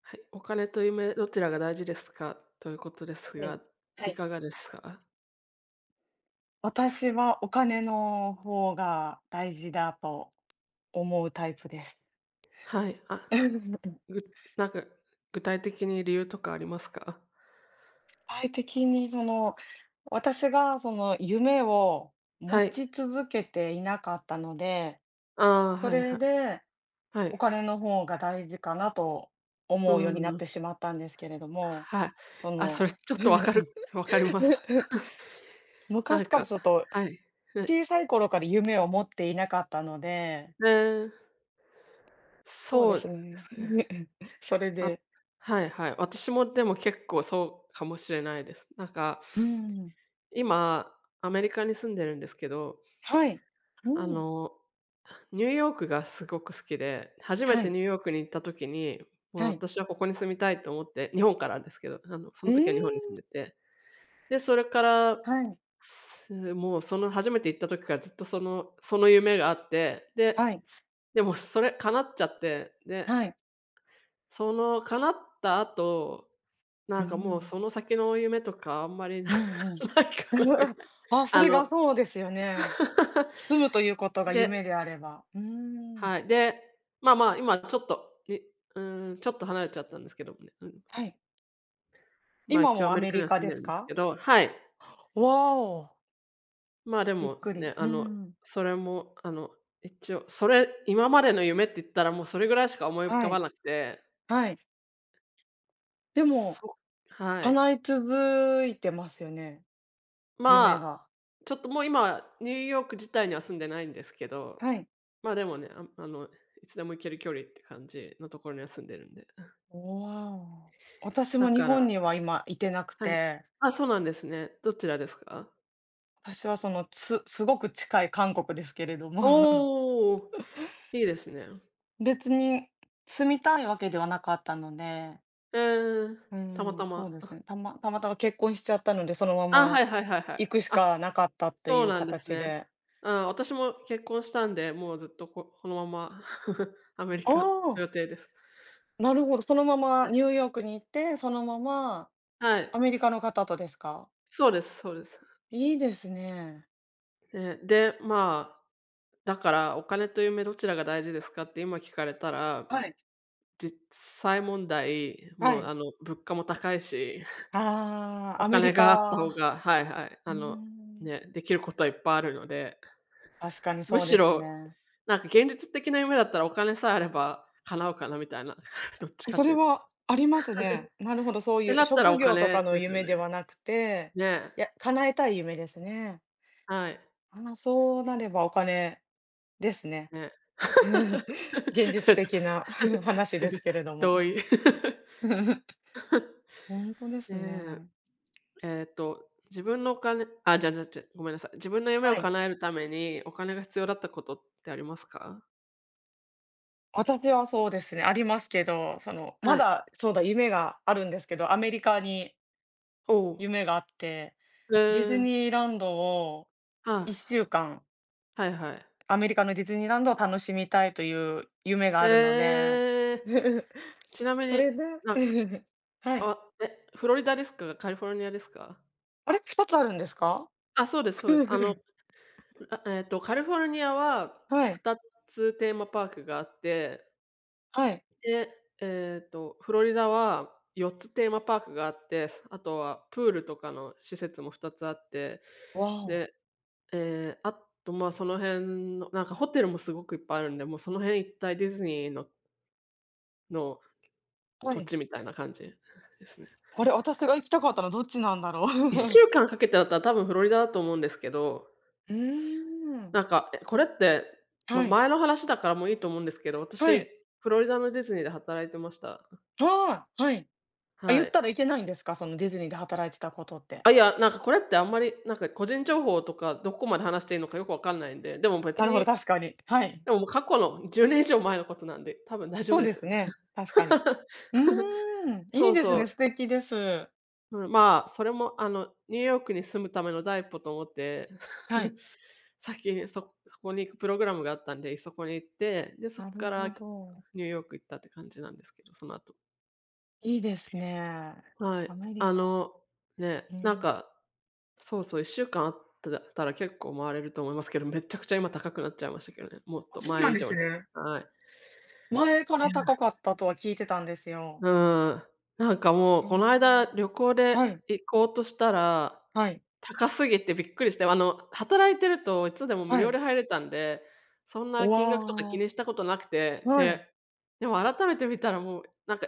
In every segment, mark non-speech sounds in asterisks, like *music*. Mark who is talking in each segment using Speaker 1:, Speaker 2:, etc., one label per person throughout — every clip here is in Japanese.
Speaker 1: はい、お金と夢どちらが大事ですか？ということです
Speaker 2: はい。
Speaker 1: が、
Speaker 2: は
Speaker 1: い
Speaker 2: い。
Speaker 1: かがですか？
Speaker 2: 私はお金の方が大事だと思うタイプです。
Speaker 1: はい、あ、
Speaker 2: 具
Speaker 1: ぐなんか具体的に理由とかありますか？
Speaker 2: 体的にその、私がその夢を持
Speaker 1: は
Speaker 2: ち
Speaker 1: い。
Speaker 2: 続けていなかったので、
Speaker 1: ああ、
Speaker 2: そ
Speaker 1: はい
Speaker 2: れ
Speaker 1: はい。
Speaker 2: で
Speaker 1: は
Speaker 2: お
Speaker 1: い。
Speaker 2: 金の方が大事かなと
Speaker 1: う
Speaker 2: 思うようになっ
Speaker 1: ん、
Speaker 2: てしまったんですけれども、
Speaker 1: はい。
Speaker 2: そ
Speaker 1: あ、そ
Speaker 2: の
Speaker 1: れちょっとわかります。
Speaker 2: *laughs*、
Speaker 1: *laughs* な
Speaker 2: 昔
Speaker 1: ん
Speaker 2: から
Speaker 1: か
Speaker 2: ちょっと
Speaker 1: はい、はい。
Speaker 2: 小さい頃から夢を持っていなかったので、
Speaker 1: えー、
Speaker 2: そうで
Speaker 1: そう
Speaker 2: す
Speaker 1: で
Speaker 2: ね。
Speaker 1: すね。
Speaker 2: *laughs* それ
Speaker 1: あ、
Speaker 2: で、
Speaker 1: はいはい。私もでも結構そうかもしれないです。なんか、
Speaker 2: うん。
Speaker 1: 今アメリカに住んでるんですけど、
Speaker 2: はい。
Speaker 1: あ
Speaker 2: うん。
Speaker 1: の、ニューヨークがすごく好きで、初め
Speaker 2: は
Speaker 1: て
Speaker 2: い。
Speaker 1: ニューヨークに行った時に、もう
Speaker 2: はい。
Speaker 1: 私はここに住みたいと思って、日本からですけど、あの、そ
Speaker 2: え
Speaker 1: の時は日本に住
Speaker 2: え。
Speaker 1: んでて、で、それから、
Speaker 2: はい。
Speaker 1: もうその初めて行った時からずっとその夢があって、で、
Speaker 2: はい。
Speaker 1: でもそれ叶っちゃって、で、
Speaker 2: はい。
Speaker 1: その叶った後、
Speaker 2: う
Speaker 1: なんかもう
Speaker 2: ん。
Speaker 1: その先の夢とかあんまりな
Speaker 2: うんうん。
Speaker 1: *laughs* ないかなみ
Speaker 2: *laughs*
Speaker 1: たいな。
Speaker 2: あ、そ
Speaker 1: あ
Speaker 2: れが
Speaker 1: の、
Speaker 2: そうですよね。
Speaker 1: *laughs*
Speaker 2: 住むということが夢
Speaker 1: で
Speaker 2: であれば。うーん。
Speaker 1: はい、で、まあ、今ちょっと、うーん、ちょっと離れちゃったんですけどもね、うん。
Speaker 2: はい。
Speaker 1: まあ、
Speaker 2: 今
Speaker 1: 一応
Speaker 2: も
Speaker 1: ア
Speaker 2: ア
Speaker 1: メリ
Speaker 2: メ
Speaker 1: カ
Speaker 2: リ
Speaker 1: には
Speaker 2: カ
Speaker 1: 住ん
Speaker 2: で
Speaker 1: で
Speaker 2: す
Speaker 1: るんです
Speaker 2: か？
Speaker 1: けど、はい。
Speaker 2: わお、
Speaker 1: まあ、で
Speaker 2: びっ
Speaker 1: も
Speaker 2: くり。
Speaker 1: ね、
Speaker 2: う
Speaker 1: あの、
Speaker 2: ん。
Speaker 1: それも、あの、一応、それ今までの夢って言ったら、もうそれぐらいしか思い浮
Speaker 2: は
Speaker 1: かば
Speaker 2: い。
Speaker 1: なくて、
Speaker 2: はい。でも、
Speaker 1: そはい。
Speaker 2: 叶い続いてますよね、夢
Speaker 1: まあ、
Speaker 2: が。
Speaker 1: ちょっともう今、ニューヨーク自体には住んでないんですけど、
Speaker 2: はい。
Speaker 1: まあ、でもね、あ、あの、いつでも行ける距離って感じのところには住んでるんで。
Speaker 2: わお。私
Speaker 1: だ
Speaker 2: も日
Speaker 1: から
Speaker 2: 本には今いてなく
Speaker 1: はい。
Speaker 2: て、
Speaker 1: あ、そうなんですね。どちらですか？
Speaker 2: 私はそのつ、すごく近い韓国ですけれども、*laughs*
Speaker 1: おお、いいですね。
Speaker 2: 別に住みたいわけではなかったので、
Speaker 1: うん、
Speaker 2: う
Speaker 1: たま
Speaker 2: ん、
Speaker 1: た
Speaker 2: そう
Speaker 1: ま。
Speaker 2: ですね。たまたま結婚しちゃったので、そのま
Speaker 1: あ、は
Speaker 2: ま
Speaker 1: いはいはいはい。
Speaker 2: 行くし
Speaker 1: あ、
Speaker 2: かなかったってい
Speaker 1: そう
Speaker 2: う
Speaker 1: なんです
Speaker 2: 形
Speaker 1: ね。
Speaker 2: で。
Speaker 1: うん、私も結婚したんで、もうずっとここのまま *laughs* アメリ
Speaker 2: あ
Speaker 1: カの
Speaker 2: あ、
Speaker 1: 予定です。
Speaker 2: なるほど。そのまま
Speaker 1: はい。
Speaker 2: ニューヨークに行って、そのまま
Speaker 1: はい。
Speaker 2: アメリカの方とですか？
Speaker 1: そうですそうです。
Speaker 2: いいですね。
Speaker 1: えーで、まあ、だからお金と夢どちらが大事ですかって今聞かれたら、
Speaker 2: はい。
Speaker 1: 実際問題、
Speaker 2: は
Speaker 1: もう
Speaker 2: い。
Speaker 1: あの、物価も高いし、*laughs*
Speaker 2: ああ、
Speaker 1: お
Speaker 2: アメリ
Speaker 1: 金があった方
Speaker 2: カ。
Speaker 1: が、はいはい、
Speaker 2: う
Speaker 1: あの、
Speaker 2: ん、
Speaker 1: ね、できることはいっぱいあるので、
Speaker 2: 確かに
Speaker 1: む
Speaker 2: そう
Speaker 1: し
Speaker 2: です
Speaker 1: ろ、
Speaker 2: ね。
Speaker 1: なんか現実的な夢だったらお金さえあれば叶うかなみたいな、*laughs* どっちか
Speaker 2: そ
Speaker 1: って
Speaker 2: れ
Speaker 1: いうと。
Speaker 2: はありますね。なるほど、そう
Speaker 1: って
Speaker 2: いう
Speaker 1: なったら
Speaker 2: 職
Speaker 1: お
Speaker 2: 業と
Speaker 1: 金
Speaker 2: かの
Speaker 1: ですよ
Speaker 2: 夢
Speaker 1: ね。
Speaker 2: ではなくて、
Speaker 1: ねえ、
Speaker 2: いや、叶えたい夢ですね。
Speaker 1: はい、
Speaker 2: あ、そうなればお金ですね。
Speaker 1: ねえ。
Speaker 2: *laughs* 現実的な *laughs* 話ですけれど
Speaker 1: *laughs*
Speaker 2: も。
Speaker 1: 同意。*laughs*
Speaker 2: *laughs* 本当です
Speaker 1: ね
Speaker 2: ね。
Speaker 1: え、えっと、自分のお金あ、じゃあ、ごめんなさい。自分の夢
Speaker 2: は
Speaker 1: を
Speaker 2: い。
Speaker 1: 叶えるためにお金が必要だったことってありますか？
Speaker 2: 私はそうですね、ありますけど、その、ま
Speaker 1: はい。
Speaker 2: だ、そうだ、夢があるんですけど、アメリカに
Speaker 1: おう
Speaker 2: 夢があって、
Speaker 1: へえ
Speaker 2: ディズ
Speaker 1: ー、
Speaker 2: ニーランドを
Speaker 1: はい。
Speaker 2: 1週間
Speaker 1: はいはい。
Speaker 2: アメリカのディズニーランドを楽しみたいという夢があるので。
Speaker 1: えー、
Speaker 2: *laughs*
Speaker 1: ちなみ
Speaker 2: そ
Speaker 1: に、
Speaker 2: れで
Speaker 1: なんか
Speaker 2: *laughs* はい。
Speaker 1: あ、え、フロリダですか？カリフォルニアですか？
Speaker 2: あれ、2つあるんですか？
Speaker 1: あ、そうですそうです。あの、
Speaker 2: *laughs*
Speaker 1: あ、えっと、カリフォルニアは
Speaker 2: はい、
Speaker 1: 2つテーマパークがあって、
Speaker 2: はい。
Speaker 1: で、えっと、フロリダは4つテーマパークがあって、あとはプールとかの施設も2つあって、
Speaker 2: わお。
Speaker 1: で、ええ、あと、まあ、その辺のなんかホテルもすごくいっぱいあるんで、もうその辺一帯ディズニーのの
Speaker 2: は
Speaker 1: 土
Speaker 2: い。
Speaker 1: 地みたいな感じですね。
Speaker 2: あれ、私が行きたかったのどっちなんだろ
Speaker 1: 1
Speaker 2: う？
Speaker 1: 週
Speaker 2: *laughs*
Speaker 1: 間かんかけてだったら多分フロリダだと思うんですけど、
Speaker 2: うーん。
Speaker 1: なんか、え、これって、ま、
Speaker 2: はい、
Speaker 1: 前の話だからもういいと思うんですけど、
Speaker 2: は
Speaker 1: 私、
Speaker 2: い、
Speaker 1: フロリダのディズニーで働いてました。
Speaker 2: はーい、はい。あ、言
Speaker 1: は
Speaker 2: っ
Speaker 1: い。
Speaker 2: たらいけないんですか？そのディズニーで働いてたことって。
Speaker 1: あ、いや、なんかこれってあんまり、なんか個人情報とか、どこまで話していいのかよくわかんないんで、でも
Speaker 2: な
Speaker 1: 別
Speaker 2: るほど、
Speaker 1: に、
Speaker 2: 確かに。はい。
Speaker 1: でももう過去の10年以上前のことなんで、多分大丈
Speaker 2: そ
Speaker 1: 夫
Speaker 2: う
Speaker 1: で
Speaker 2: で
Speaker 1: す
Speaker 2: す
Speaker 1: よね。
Speaker 2: ね、確かに。うーん、い
Speaker 1: そ
Speaker 2: い
Speaker 1: う
Speaker 2: です
Speaker 1: そ
Speaker 2: ね、
Speaker 1: う。
Speaker 2: 素敵です。
Speaker 1: うん、まあ、それもあの、ニューヨークに住むための第一歩と思って、
Speaker 2: はい。
Speaker 1: *laughs* 先にそこに行くプログラムがあったんで、そこに行って、で、そ
Speaker 2: な
Speaker 1: こ
Speaker 2: る
Speaker 1: から
Speaker 2: ほど。
Speaker 1: ニューヨーク行ったって感じなんですけど、その後。
Speaker 2: いいですね。
Speaker 1: は
Speaker 2: ア
Speaker 1: い。
Speaker 2: メリ
Speaker 1: あ
Speaker 2: カ。
Speaker 1: の、ね、
Speaker 2: う
Speaker 1: なん
Speaker 2: ん。
Speaker 1: か、そうそう、1週間たら結構回れると思いますけど、めちゃくちゃ今高くなっちゃいましたけどね、もっ
Speaker 2: あ、
Speaker 1: と
Speaker 2: そうな
Speaker 1: 前
Speaker 2: ん
Speaker 1: 以
Speaker 2: で
Speaker 1: 上
Speaker 2: す
Speaker 1: に。
Speaker 2: ね。
Speaker 1: はい。
Speaker 2: 前から高かったとは聞いてたんですよ。
Speaker 1: うーん、なんかもう
Speaker 2: そ
Speaker 1: この
Speaker 2: う。
Speaker 1: 間旅行で
Speaker 2: はい、
Speaker 1: 行こうとしたら、
Speaker 2: はい、
Speaker 1: 高すぎてびっくりして、あの、働いてるといつでも無
Speaker 2: は
Speaker 1: 料
Speaker 2: い。
Speaker 1: で入れたんで、そんな金額とか
Speaker 2: わ
Speaker 1: 気にしたことなく
Speaker 2: あ、
Speaker 1: て、
Speaker 2: はい、
Speaker 1: で、でも改めて見たらもうなんか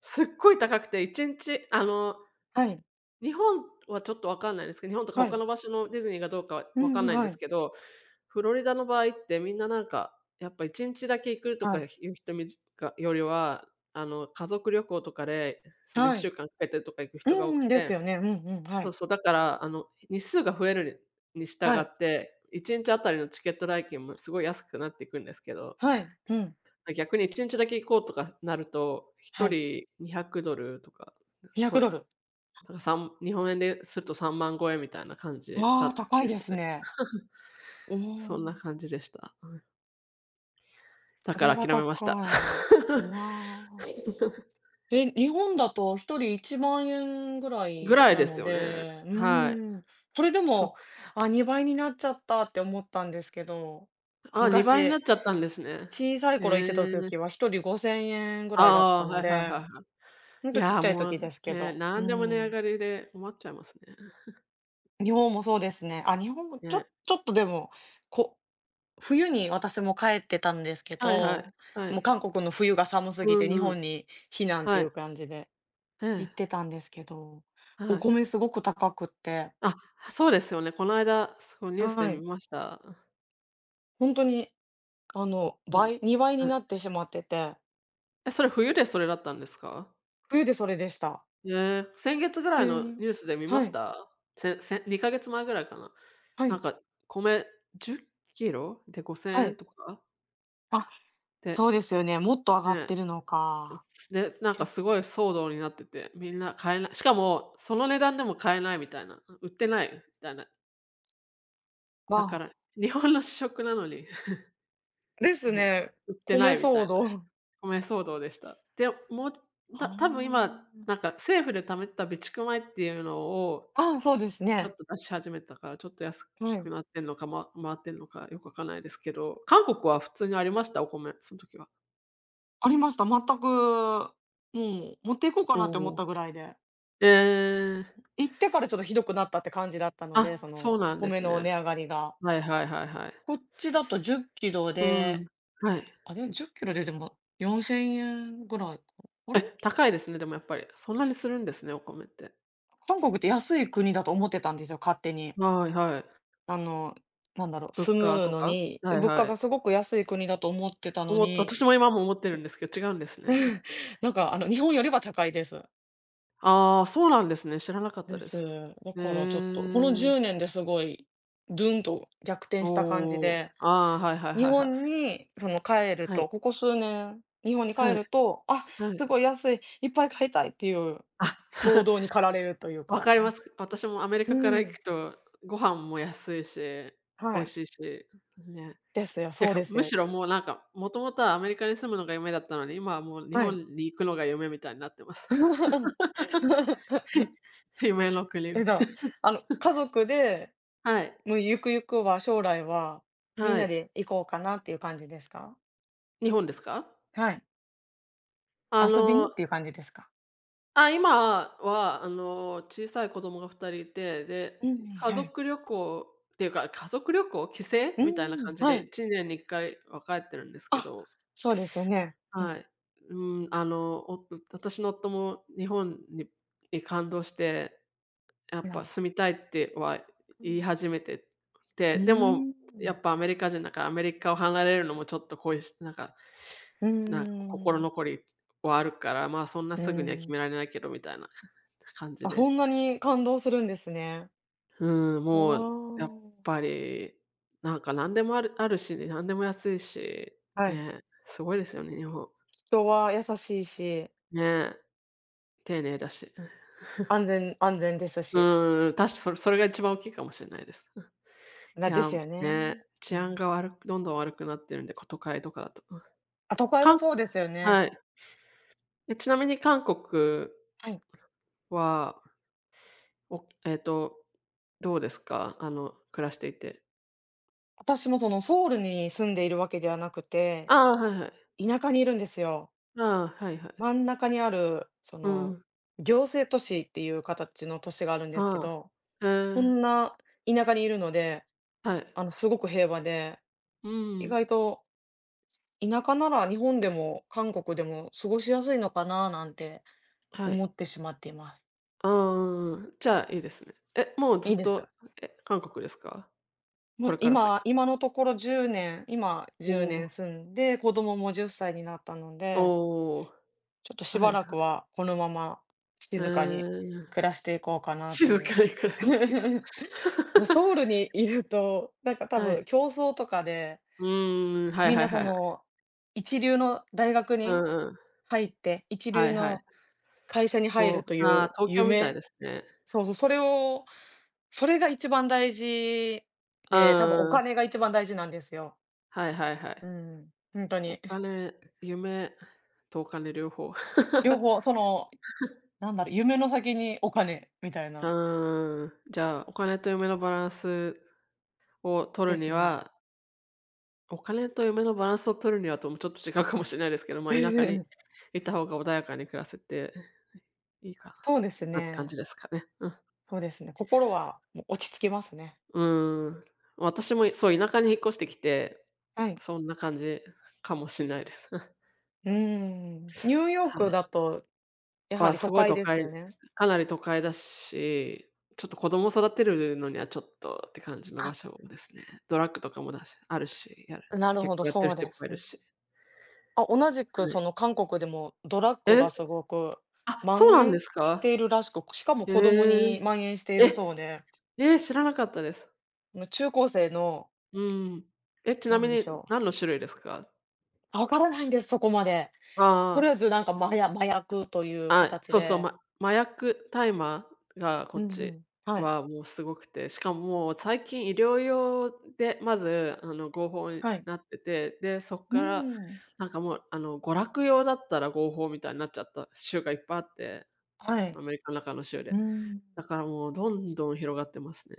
Speaker 1: すっごい高くて、1日、あの、
Speaker 2: はい、
Speaker 1: 日本はちょっとわかんないですけど、日本とか
Speaker 2: は
Speaker 1: 他
Speaker 2: い。
Speaker 1: の場所のディズニーがどうかは
Speaker 2: う
Speaker 1: わか
Speaker 2: ん、
Speaker 1: んないん
Speaker 2: は
Speaker 1: です
Speaker 2: い、
Speaker 1: けど、フロリダの場合ってみんななんか、やっぱ1日だけ行くと
Speaker 2: は
Speaker 1: かい
Speaker 2: い、
Speaker 1: う人みじかよりは、あの、家族旅行とかで、その
Speaker 2: は
Speaker 1: 1
Speaker 2: い。
Speaker 1: 週間かんかけてとか行く
Speaker 2: うん
Speaker 1: 人が多
Speaker 2: う
Speaker 1: く
Speaker 2: ん、です
Speaker 1: て、
Speaker 2: よね。うんうん、は
Speaker 1: そう
Speaker 2: い、
Speaker 1: そう、だから、あの、日数が増えるに従
Speaker 2: はい、
Speaker 1: って、1日あたりのチケット代金もすごい安くなっていくんですけど、
Speaker 2: はい、うん、
Speaker 1: 逆に1日だけ行こうとかなると、
Speaker 2: は
Speaker 1: 1
Speaker 2: い。
Speaker 1: 人 $200 とか、こえ
Speaker 2: $200。
Speaker 1: だか、3日本円ですると3万超えみたいな感じ
Speaker 2: わあ、高
Speaker 1: で
Speaker 2: い
Speaker 1: し
Speaker 2: で
Speaker 1: た
Speaker 2: す
Speaker 1: ね。
Speaker 2: ね。おお、
Speaker 1: そんな感じでした。だ
Speaker 2: そ
Speaker 1: か
Speaker 2: れ
Speaker 1: ら
Speaker 2: は
Speaker 1: 諦め
Speaker 2: 高
Speaker 1: ました。
Speaker 2: い。う
Speaker 1: *laughs*
Speaker 2: わあ。え、日本だと1人1万円ぐら
Speaker 1: ぐ
Speaker 2: い
Speaker 1: らい
Speaker 2: な
Speaker 1: です
Speaker 2: の
Speaker 1: よね。
Speaker 2: で、う
Speaker 1: はい。
Speaker 2: ーん、それで
Speaker 1: そう
Speaker 2: も、
Speaker 1: そう。
Speaker 2: あ、2倍になっちゃったって思ったんですけど、
Speaker 1: あ、2倍にな
Speaker 2: 昔、
Speaker 1: っちゃったんですね。
Speaker 2: 小さい
Speaker 1: へ
Speaker 2: 頃行ってた時
Speaker 1: え。
Speaker 2: は1人5000円ぐらいだっ
Speaker 1: ああ
Speaker 2: た
Speaker 1: ー、は
Speaker 2: の
Speaker 1: いはい
Speaker 2: で、
Speaker 1: はいは
Speaker 2: ほん
Speaker 1: い。い
Speaker 2: とちっ
Speaker 1: やー、
Speaker 2: ちゃい
Speaker 1: も
Speaker 2: 時で
Speaker 1: う、
Speaker 2: すけ
Speaker 1: ね、
Speaker 2: ど、う
Speaker 1: 何でも値上
Speaker 2: ん。
Speaker 1: がりで困っちゃいますね。
Speaker 2: 日本もそうですね。あ、日本もちょ
Speaker 1: ね。
Speaker 2: ちょっとでも、こ冬に私も帰ってたんですけ
Speaker 1: はいは
Speaker 2: ど、
Speaker 1: い、は
Speaker 2: もう
Speaker 1: い。
Speaker 2: 韓国の冬が寒す
Speaker 1: う
Speaker 2: ぎて
Speaker 1: ん
Speaker 2: 日
Speaker 1: うん。
Speaker 2: 本に避難って
Speaker 1: は
Speaker 2: い
Speaker 1: い。
Speaker 2: う感じで。
Speaker 1: え
Speaker 2: 行
Speaker 1: え、
Speaker 2: ってたんですけど、お
Speaker 1: はい。
Speaker 2: 米すごく高くって。
Speaker 1: あ、そうですよね。この間、そうニュースで
Speaker 2: は
Speaker 1: 見
Speaker 2: い。
Speaker 1: ました。
Speaker 2: ほんとに、あの、
Speaker 1: うん。
Speaker 2: 2倍に
Speaker 1: はい。
Speaker 2: なってしまってて、
Speaker 1: え、それ冬でそれだったんですか？
Speaker 2: 冬でそれでした。
Speaker 1: ええ、先月ぐらい
Speaker 2: 急
Speaker 1: の
Speaker 2: に
Speaker 1: ニュースで見ま
Speaker 2: は
Speaker 1: し
Speaker 2: い、
Speaker 1: た？2か月前ぐらいかな。
Speaker 2: は
Speaker 1: なん
Speaker 2: い。
Speaker 1: か米10キロで
Speaker 2: は
Speaker 1: 5,000円
Speaker 2: い。
Speaker 1: とか
Speaker 2: あ、そ
Speaker 1: で、
Speaker 2: うですよね。もっと上がっ
Speaker 1: ね、
Speaker 2: てるのか。
Speaker 1: で、なん
Speaker 2: し
Speaker 1: か
Speaker 2: ゅ
Speaker 1: すごい騒動になってて、みんな買えない、しかもその値段でも買えないみたいな、売ってないみたいな。
Speaker 2: っ
Speaker 1: だか
Speaker 2: パ
Speaker 1: ら日本の主食なのに、
Speaker 2: ーで
Speaker 1: *laughs*
Speaker 2: す
Speaker 1: ね、
Speaker 2: ね。
Speaker 1: 売って
Speaker 2: 米
Speaker 1: ないみたい
Speaker 2: 騒
Speaker 1: な。
Speaker 2: 動。は
Speaker 1: 米騒動でした。で、もう、多分今
Speaker 2: あ。
Speaker 1: なんか政府で貯めた備蓄米っていうのを
Speaker 2: ああ、そうです
Speaker 1: ちょっ
Speaker 2: ね。
Speaker 1: と出し始めたから、ちょっと安
Speaker 2: は
Speaker 1: く
Speaker 2: い。
Speaker 1: なってんのか、ま回ってんのかよくわかんないですけど、韓国は普通にありました？お米、その時は。
Speaker 2: ありました。全く、もう持っていこうか
Speaker 1: お
Speaker 2: なって思っ
Speaker 1: お、
Speaker 2: たぐらいで。
Speaker 1: ええ。
Speaker 2: 行ってからちょっとひどくなったって感じだったの
Speaker 1: あ、
Speaker 2: で、そ
Speaker 1: そう
Speaker 2: の
Speaker 1: なんで
Speaker 2: 米
Speaker 1: す
Speaker 2: の
Speaker 1: ね。
Speaker 2: 値上がりが。
Speaker 1: はいはいはいはい。
Speaker 2: こっちだと10キロ
Speaker 1: う
Speaker 2: で、
Speaker 1: ん。はい。
Speaker 2: あ、でも10キロででも4000円ぐらいか。あれ、
Speaker 1: え、高いですね、でもやっぱり。そんなにするんですね、お米って。
Speaker 2: 韓国って安い国だと思ってたんですよ、勝手に。
Speaker 1: はいはい。
Speaker 2: あの、なんだろう、
Speaker 1: 物
Speaker 2: 住
Speaker 1: 価
Speaker 2: む
Speaker 1: と
Speaker 2: の
Speaker 1: か？
Speaker 2: に、
Speaker 1: はい
Speaker 2: 物価
Speaker 1: は
Speaker 2: が
Speaker 1: い。
Speaker 2: すごく安い国だと思ってたのに、
Speaker 1: 私も今も思ってるんですけど、違うんですね。
Speaker 2: なんかあの日本よりは高いです。
Speaker 1: ああ、そうなんですね。知らなかっ
Speaker 2: で
Speaker 1: たで
Speaker 2: す。
Speaker 1: す。
Speaker 2: だ
Speaker 1: へ
Speaker 2: からちょっと、この10
Speaker 1: え。
Speaker 2: 年ですごい、ドゥンと逆転した感じ
Speaker 1: おお。
Speaker 2: で
Speaker 1: ああ、はいはい
Speaker 2: 日
Speaker 1: はいはい。
Speaker 2: 本にその帰る
Speaker 1: はい。
Speaker 2: と、ここ数年、日本に帰
Speaker 1: はい。
Speaker 2: ると、あ、
Speaker 1: は
Speaker 2: す
Speaker 1: い。
Speaker 2: ごい安い、いっぱい買いたいっていう
Speaker 1: あ、
Speaker 2: 衝
Speaker 1: *laughs*
Speaker 2: 動に駆られるという
Speaker 1: わ
Speaker 2: か。
Speaker 1: かります。私もアメリ
Speaker 2: う
Speaker 1: カから行
Speaker 2: ん、
Speaker 1: くと、ご飯も安いし、
Speaker 2: は
Speaker 1: 美味
Speaker 2: い。
Speaker 1: しいし、ね。
Speaker 2: ですよ、
Speaker 1: て
Speaker 2: そう
Speaker 1: か、
Speaker 2: です
Speaker 1: む
Speaker 2: よ。
Speaker 1: しろもうなんか、もともとはアメリカに住むのが夢だったのに、今はもう日
Speaker 2: はい。
Speaker 1: 本に行くのが夢みたいになってます。*laughs*
Speaker 2: *laughs*
Speaker 1: 夢の国
Speaker 2: え、
Speaker 1: に。
Speaker 2: じゃあ、あの、
Speaker 1: *laughs*
Speaker 2: 家族で、
Speaker 1: はい、
Speaker 2: もうゆくゆくは、将来は、みん
Speaker 1: は
Speaker 2: な
Speaker 1: い。
Speaker 2: で行こうかなっていう感じですか？
Speaker 1: 日本ですか？
Speaker 2: はい。
Speaker 1: あ
Speaker 2: 遊びにっ
Speaker 1: の、
Speaker 2: ていう感じですか？
Speaker 1: あ、今はあの、小さい子供が2人いて、
Speaker 2: うん
Speaker 1: で、
Speaker 2: うん、
Speaker 1: 家
Speaker 2: はい。
Speaker 1: 族旅行っていうか、家族旅行、帰省
Speaker 2: う
Speaker 1: みたいな
Speaker 2: んうん、
Speaker 1: 感じ
Speaker 2: は
Speaker 1: で
Speaker 2: い。
Speaker 1: 一年に1回は帰ってるんですけ
Speaker 2: あ、
Speaker 1: ど、
Speaker 2: そうですよね。う
Speaker 1: は
Speaker 2: ん。
Speaker 1: い。うん、あの、私の夫も日本に感動して、やっ
Speaker 2: いや、
Speaker 1: ぱ住みたいっては
Speaker 2: う
Speaker 1: 言い
Speaker 2: ん。
Speaker 1: 始めて
Speaker 2: う
Speaker 1: て、で
Speaker 2: ー
Speaker 1: もや
Speaker 2: ん。
Speaker 1: っぱアメリカ人だからアメリカを離れるのもちょっと恋しなんか
Speaker 2: うー
Speaker 1: なんか心
Speaker 2: ん、
Speaker 1: 残りはあるから、まあ、そんな
Speaker 2: うー
Speaker 1: すぐには決
Speaker 2: ん。
Speaker 1: められないけどみたいな *laughs* 感じ
Speaker 2: あ、そ
Speaker 1: で。
Speaker 2: んなに感動するんですね。
Speaker 1: うん、
Speaker 2: わ
Speaker 1: もうやっぱ
Speaker 2: あ。
Speaker 1: りなんか何でもあるあるし、何でも安いし、
Speaker 2: はい。
Speaker 1: ね、すごいですよね、日本。
Speaker 2: 人は優しいし、
Speaker 1: ね、丁寧だし。
Speaker 2: 安全安全です
Speaker 1: う
Speaker 2: し。
Speaker 1: ーん、確かそれが一番大きいかもしれないです。*laughs* うん。い
Speaker 2: な、で
Speaker 1: や、
Speaker 2: すよね。
Speaker 1: ね、治
Speaker 2: う
Speaker 1: 安
Speaker 2: ん。
Speaker 1: が悪くどんどん悪くなってるんで、都会とかだと。うん。
Speaker 2: あ、都会
Speaker 1: か
Speaker 2: は
Speaker 1: ん
Speaker 2: そうですよね。
Speaker 1: はい。え、ちなみに韓国
Speaker 2: はい。
Speaker 1: は、おえっと、どうですか？あの、暮らしていて。
Speaker 2: 私もそのソウルに住んでいるわけではなくて、
Speaker 1: ああ、はいはい。
Speaker 2: 田舎にいるんですよ。
Speaker 1: ああ、はいはい。
Speaker 2: 真ん中にある、そ
Speaker 1: う
Speaker 2: の、
Speaker 1: ん。
Speaker 2: 行政都市っていう形の都市があるんですけ
Speaker 1: ああ、
Speaker 2: ど、
Speaker 1: へ
Speaker 2: そ
Speaker 1: え、
Speaker 2: んな田舎にいるので、
Speaker 1: はい。
Speaker 2: あの、すごく平和で、
Speaker 1: う
Speaker 2: 意
Speaker 1: ーん、
Speaker 2: 外と田舎なら日本でも韓国でも過ごしやすいのかななんて
Speaker 1: は
Speaker 2: 思
Speaker 1: い。
Speaker 2: ってしまっています。
Speaker 1: ああ、うんうん。じゃあ、いいですね。え、もう
Speaker 2: い
Speaker 1: ずっ
Speaker 2: いです。
Speaker 1: と、え、韓国ですか？
Speaker 2: も
Speaker 1: こ
Speaker 2: う
Speaker 1: れから先。
Speaker 2: 今のところ10年、今
Speaker 1: お
Speaker 2: 10年
Speaker 1: お、
Speaker 2: 住んで、子供も10歳になったので、
Speaker 1: おお、
Speaker 2: ちょっとし
Speaker 1: は
Speaker 2: ば
Speaker 1: い
Speaker 2: ら
Speaker 1: は
Speaker 2: く
Speaker 1: い。
Speaker 2: はこのまま
Speaker 1: え
Speaker 2: 静かに
Speaker 1: え。
Speaker 2: 暮らしていこうかなと
Speaker 1: 静
Speaker 2: いう。
Speaker 1: かに暮らしてい
Speaker 2: *laughs*
Speaker 1: こう。*laughs*
Speaker 2: ソウルにいると、なんか多
Speaker 1: は
Speaker 2: 分
Speaker 1: い。
Speaker 2: 競争とかで、
Speaker 1: うーん、はい
Speaker 2: みん
Speaker 1: は
Speaker 2: な
Speaker 1: い
Speaker 2: そ
Speaker 1: はいはい。
Speaker 2: の一流の大学
Speaker 1: う
Speaker 2: に
Speaker 1: んうん。
Speaker 2: 入って、一
Speaker 1: は
Speaker 2: 流
Speaker 1: いはい。
Speaker 2: の会社に入
Speaker 1: そ
Speaker 2: るとい
Speaker 1: う、あ
Speaker 2: う
Speaker 1: あ、東京みたい
Speaker 2: 夢、
Speaker 1: ですね。
Speaker 2: そうそう、それが一番大事
Speaker 1: う
Speaker 2: で、多分お
Speaker 1: んうん。
Speaker 2: 金が一番大事なんですよ。
Speaker 1: はいはいは
Speaker 2: う
Speaker 1: い。
Speaker 2: ん、ほんと
Speaker 1: お
Speaker 2: に。*laughs*
Speaker 1: 金、夢とお金両方。*laughs* う
Speaker 2: 両方その、なんだろう、夢の先にお金みたいな。
Speaker 1: ん。じゃあ、を取
Speaker 2: で
Speaker 1: る
Speaker 2: す
Speaker 1: に
Speaker 2: ね。
Speaker 1: はお金と夢のバランスを取るにはともちょっと違うかもしれないですけど、まあ、田舎に
Speaker 2: *laughs*
Speaker 1: いた方が穏やかに暮らせていいか
Speaker 2: そうです
Speaker 1: なって感じ
Speaker 2: ね。
Speaker 1: ですかね。うん。
Speaker 2: そうですね。心はもう落ち着きますね。
Speaker 1: うーん、私も、そう、田舎に引っ越してきて、
Speaker 2: はい。
Speaker 1: そんな感じかもしんないです。*laughs*
Speaker 2: うーん。ニューヨー
Speaker 1: は
Speaker 2: ク
Speaker 1: い。
Speaker 2: だとやは
Speaker 1: は、
Speaker 2: り
Speaker 1: す
Speaker 2: 都
Speaker 1: ごい
Speaker 2: 会
Speaker 1: 都
Speaker 2: です
Speaker 1: 会
Speaker 2: よね？
Speaker 1: かなり都会だし、ちょっと子供育てるのにはちょっとって感じの
Speaker 2: あ、
Speaker 1: 場所ですね。ドラッグとかもだしあるし、
Speaker 2: なるほ
Speaker 1: 結
Speaker 2: ど、
Speaker 1: 構やって
Speaker 2: そ
Speaker 1: る
Speaker 2: う
Speaker 1: 人い
Speaker 2: で
Speaker 1: っ
Speaker 2: す。
Speaker 1: ぱいいるし、
Speaker 2: あ、同じく
Speaker 1: は
Speaker 2: そ
Speaker 1: い。
Speaker 2: の韓国でもドラッグ
Speaker 1: え、
Speaker 2: がすごく
Speaker 1: あ、そう
Speaker 2: 蔓
Speaker 1: なんで
Speaker 2: 延
Speaker 1: す
Speaker 2: して
Speaker 1: か？
Speaker 2: いるらしく、しかも
Speaker 1: へ
Speaker 2: 子供に
Speaker 1: え。
Speaker 2: 蔓延しているそう
Speaker 1: え、
Speaker 2: で、
Speaker 1: え、知らなかったです。
Speaker 2: 中高生の、
Speaker 1: うん。え、ちな
Speaker 2: な
Speaker 1: み
Speaker 2: んでし
Speaker 1: に
Speaker 2: ょう、
Speaker 1: 何の種類ですか？
Speaker 2: あわからないんです、そこまで。と
Speaker 1: ああ
Speaker 2: りあえずなんか麻薬という
Speaker 1: あ、
Speaker 2: 形
Speaker 1: そうそう、
Speaker 2: で。
Speaker 1: 麻薬、大麻がこ
Speaker 2: う
Speaker 1: っ
Speaker 2: んう
Speaker 1: ち
Speaker 2: ん。はい。
Speaker 1: はもうすごくて、しかももう最近医療用でまず、あの、合法に
Speaker 2: はい。
Speaker 1: なってて、で、そっ
Speaker 2: う
Speaker 1: から
Speaker 2: ーん。
Speaker 1: なんかもう、あの、娯楽用だったら合法みたいになっちゃった州がいっぱいあって、
Speaker 2: は
Speaker 1: ア
Speaker 2: い。
Speaker 1: メリカの中の州
Speaker 2: う
Speaker 1: で。
Speaker 2: ーん。
Speaker 1: だからもうどんどん広がってますね。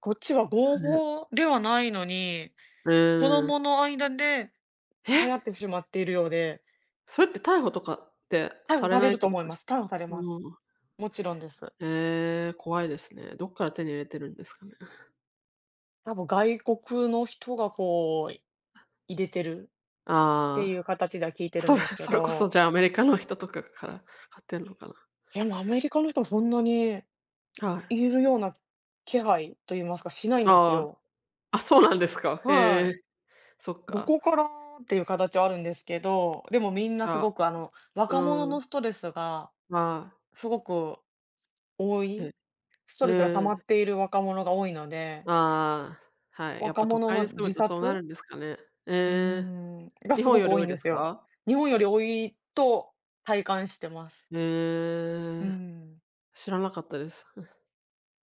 Speaker 2: こっちは合
Speaker 1: うん。
Speaker 2: 法ではないのに、
Speaker 1: う
Speaker 2: 子
Speaker 1: ー
Speaker 2: 供
Speaker 1: ん。
Speaker 2: の間で
Speaker 1: え、
Speaker 2: 流行ってしまっているようで、
Speaker 1: それって逮捕とかって
Speaker 2: 逮捕
Speaker 1: され
Speaker 2: され
Speaker 1: ないっ
Speaker 2: ると
Speaker 1: てこ
Speaker 2: 思い
Speaker 1: とで
Speaker 2: ま
Speaker 1: すか？
Speaker 2: す。逮捕されます。
Speaker 1: うん。
Speaker 2: もちろんです。
Speaker 1: ええ、怖いですね。どっから手に入れてるんですかね。
Speaker 2: 多分外国の人がこう、入れてるって
Speaker 1: あ
Speaker 2: い
Speaker 1: あ。
Speaker 2: う形では聞いてる
Speaker 1: そ
Speaker 2: ん
Speaker 1: れ
Speaker 2: です
Speaker 1: *laughs*
Speaker 2: け
Speaker 1: それこそ、
Speaker 2: ど、
Speaker 1: じゃあ、アメリカの人とかから買ってんのかな？
Speaker 2: でもアメリカの人そんなに
Speaker 1: はい。
Speaker 2: いるような気配と言いますか、しないんです
Speaker 1: ああ、
Speaker 2: よ。
Speaker 1: あ、そうなんですか。
Speaker 2: は
Speaker 1: へえ、
Speaker 2: い。
Speaker 1: そっ
Speaker 2: ど
Speaker 1: か。
Speaker 2: こからっていう形はあるんですけど、でもみん
Speaker 1: じ
Speaker 2: なす
Speaker 1: ゃあ、
Speaker 2: ごくあの、
Speaker 1: う
Speaker 2: 若者
Speaker 1: ーん、
Speaker 2: のストレスが
Speaker 1: まあ、
Speaker 2: すごく多
Speaker 1: へ
Speaker 2: い、スト
Speaker 1: へ
Speaker 2: レスが溜まっ
Speaker 1: え、
Speaker 2: ている若者が多いので、
Speaker 1: ああ、はい、やっ
Speaker 2: 若
Speaker 1: ぱ都
Speaker 2: 者
Speaker 1: 会に
Speaker 2: の
Speaker 1: 住む
Speaker 2: 自
Speaker 1: とそうな
Speaker 2: 殺、
Speaker 1: るんですかね。
Speaker 2: うー
Speaker 1: ええ、
Speaker 2: ん、が
Speaker 1: 日
Speaker 2: す
Speaker 1: 本
Speaker 2: ごく
Speaker 1: より
Speaker 2: 多い
Speaker 1: 多
Speaker 2: ん
Speaker 1: い
Speaker 2: で
Speaker 1: です
Speaker 2: すよ。
Speaker 1: か？
Speaker 2: 日本より多いと体感してます。
Speaker 1: へ
Speaker 2: う
Speaker 1: え、
Speaker 2: ん、
Speaker 1: 知らなかったです。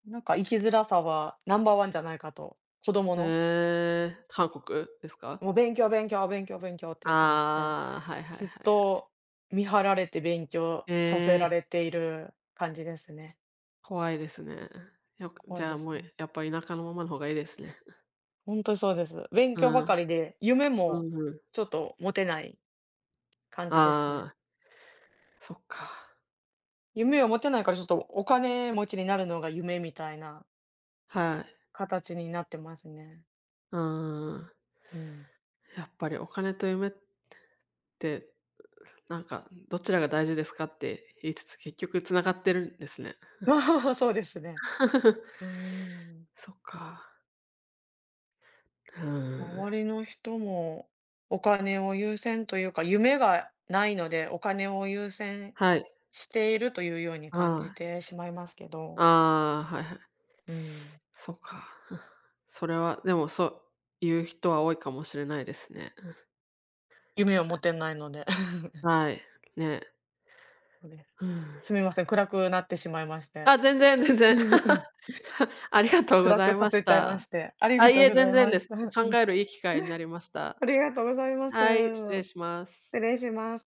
Speaker 2: なんか生きづらさはナンバーワンじゃないかと、子供の、
Speaker 1: ええ、韓国ですか？
Speaker 2: もう勉強、勉強、勉強、勉強っていう感じで、
Speaker 1: ああ、はいはいはい
Speaker 2: ずっ
Speaker 1: はい。
Speaker 2: と見張られて勉強
Speaker 1: え
Speaker 2: させら
Speaker 1: え、
Speaker 2: れている感じですね。
Speaker 1: 怖いですね。よく
Speaker 2: 怖
Speaker 1: じ
Speaker 2: い
Speaker 1: ゃ
Speaker 2: で
Speaker 1: あ、
Speaker 2: す
Speaker 1: もう、
Speaker 2: ね。
Speaker 1: やっぱ田舎のままの方がいいですね。
Speaker 2: 本当にそうです。勉
Speaker 1: う
Speaker 2: 強ばか
Speaker 1: ん、
Speaker 2: りで、夢
Speaker 1: う
Speaker 2: も
Speaker 1: んうん。
Speaker 2: ちょっと持てない感じですね。
Speaker 1: ああ、そっか。
Speaker 2: 夢を持てないからちょっとお金持ちになるのが夢みたいな
Speaker 1: はい。
Speaker 2: 形になってますね。
Speaker 1: うーん。
Speaker 2: うん。
Speaker 1: やっぱりお金と夢って、なんかどちらが大事ですかって言いつつ、結局繋がってるんですね。
Speaker 2: *laughs* そうですね。う
Speaker 1: *laughs*
Speaker 2: ーん。
Speaker 1: そっか。うー
Speaker 2: 周
Speaker 1: ん。
Speaker 2: りの人もお金を優先というか、夢がないので、お金を優先
Speaker 1: はい。
Speaker 2: しているというように
Speaker 1: あ
Speaker 2: 感じてしまいますけ
Speaker 1: あ、
Speaker 2: ど、
Speaker 1: ああ、はいはい。
Speaker 2: うん。
Speaker 1: そっか。*laughs* それはでも、そういう人は多いかもしれないですね。
Speaker 2: 夢を持てないので。*laughs*
Speaker 1: はい、ね。
Speaker 2: そうです。
Speaker 1: うん。
Speaker 2: すみません、暗くなってしまいまして。
Speaker 1: あ、全然全然。
Speaker 2: *laughs*
Speaker 1: *laughs* ありがとうご
Speaker 2: 暗
Speaker 1: ざ
Speaker 2: く
Speaker 1: い
Speaker 2: さ
Speaker 1: まし
Speaker 2: せちゃいまし
Speaker 1: た。
Speaker 2: て、ありが
Speaker 1: あ、い
Speaker 2: とう
Speaker 1: え、
Speaker 2: ござ
Speaker 1: 全
Speaker 2: い
Speaker 1: 然
Speaker 2: ま
Speaker 1: で
Speaker 2: し
Speaker 1: す。
Speaker 2: た。*laughs*
Speaker 1: 考えるいい機会になりました。
Speaker 2: ありがとうございま
Speaker 1: はい、失礼
Speaker 2: す。
Speaker 1: します。
Speaker 2: 失礼します。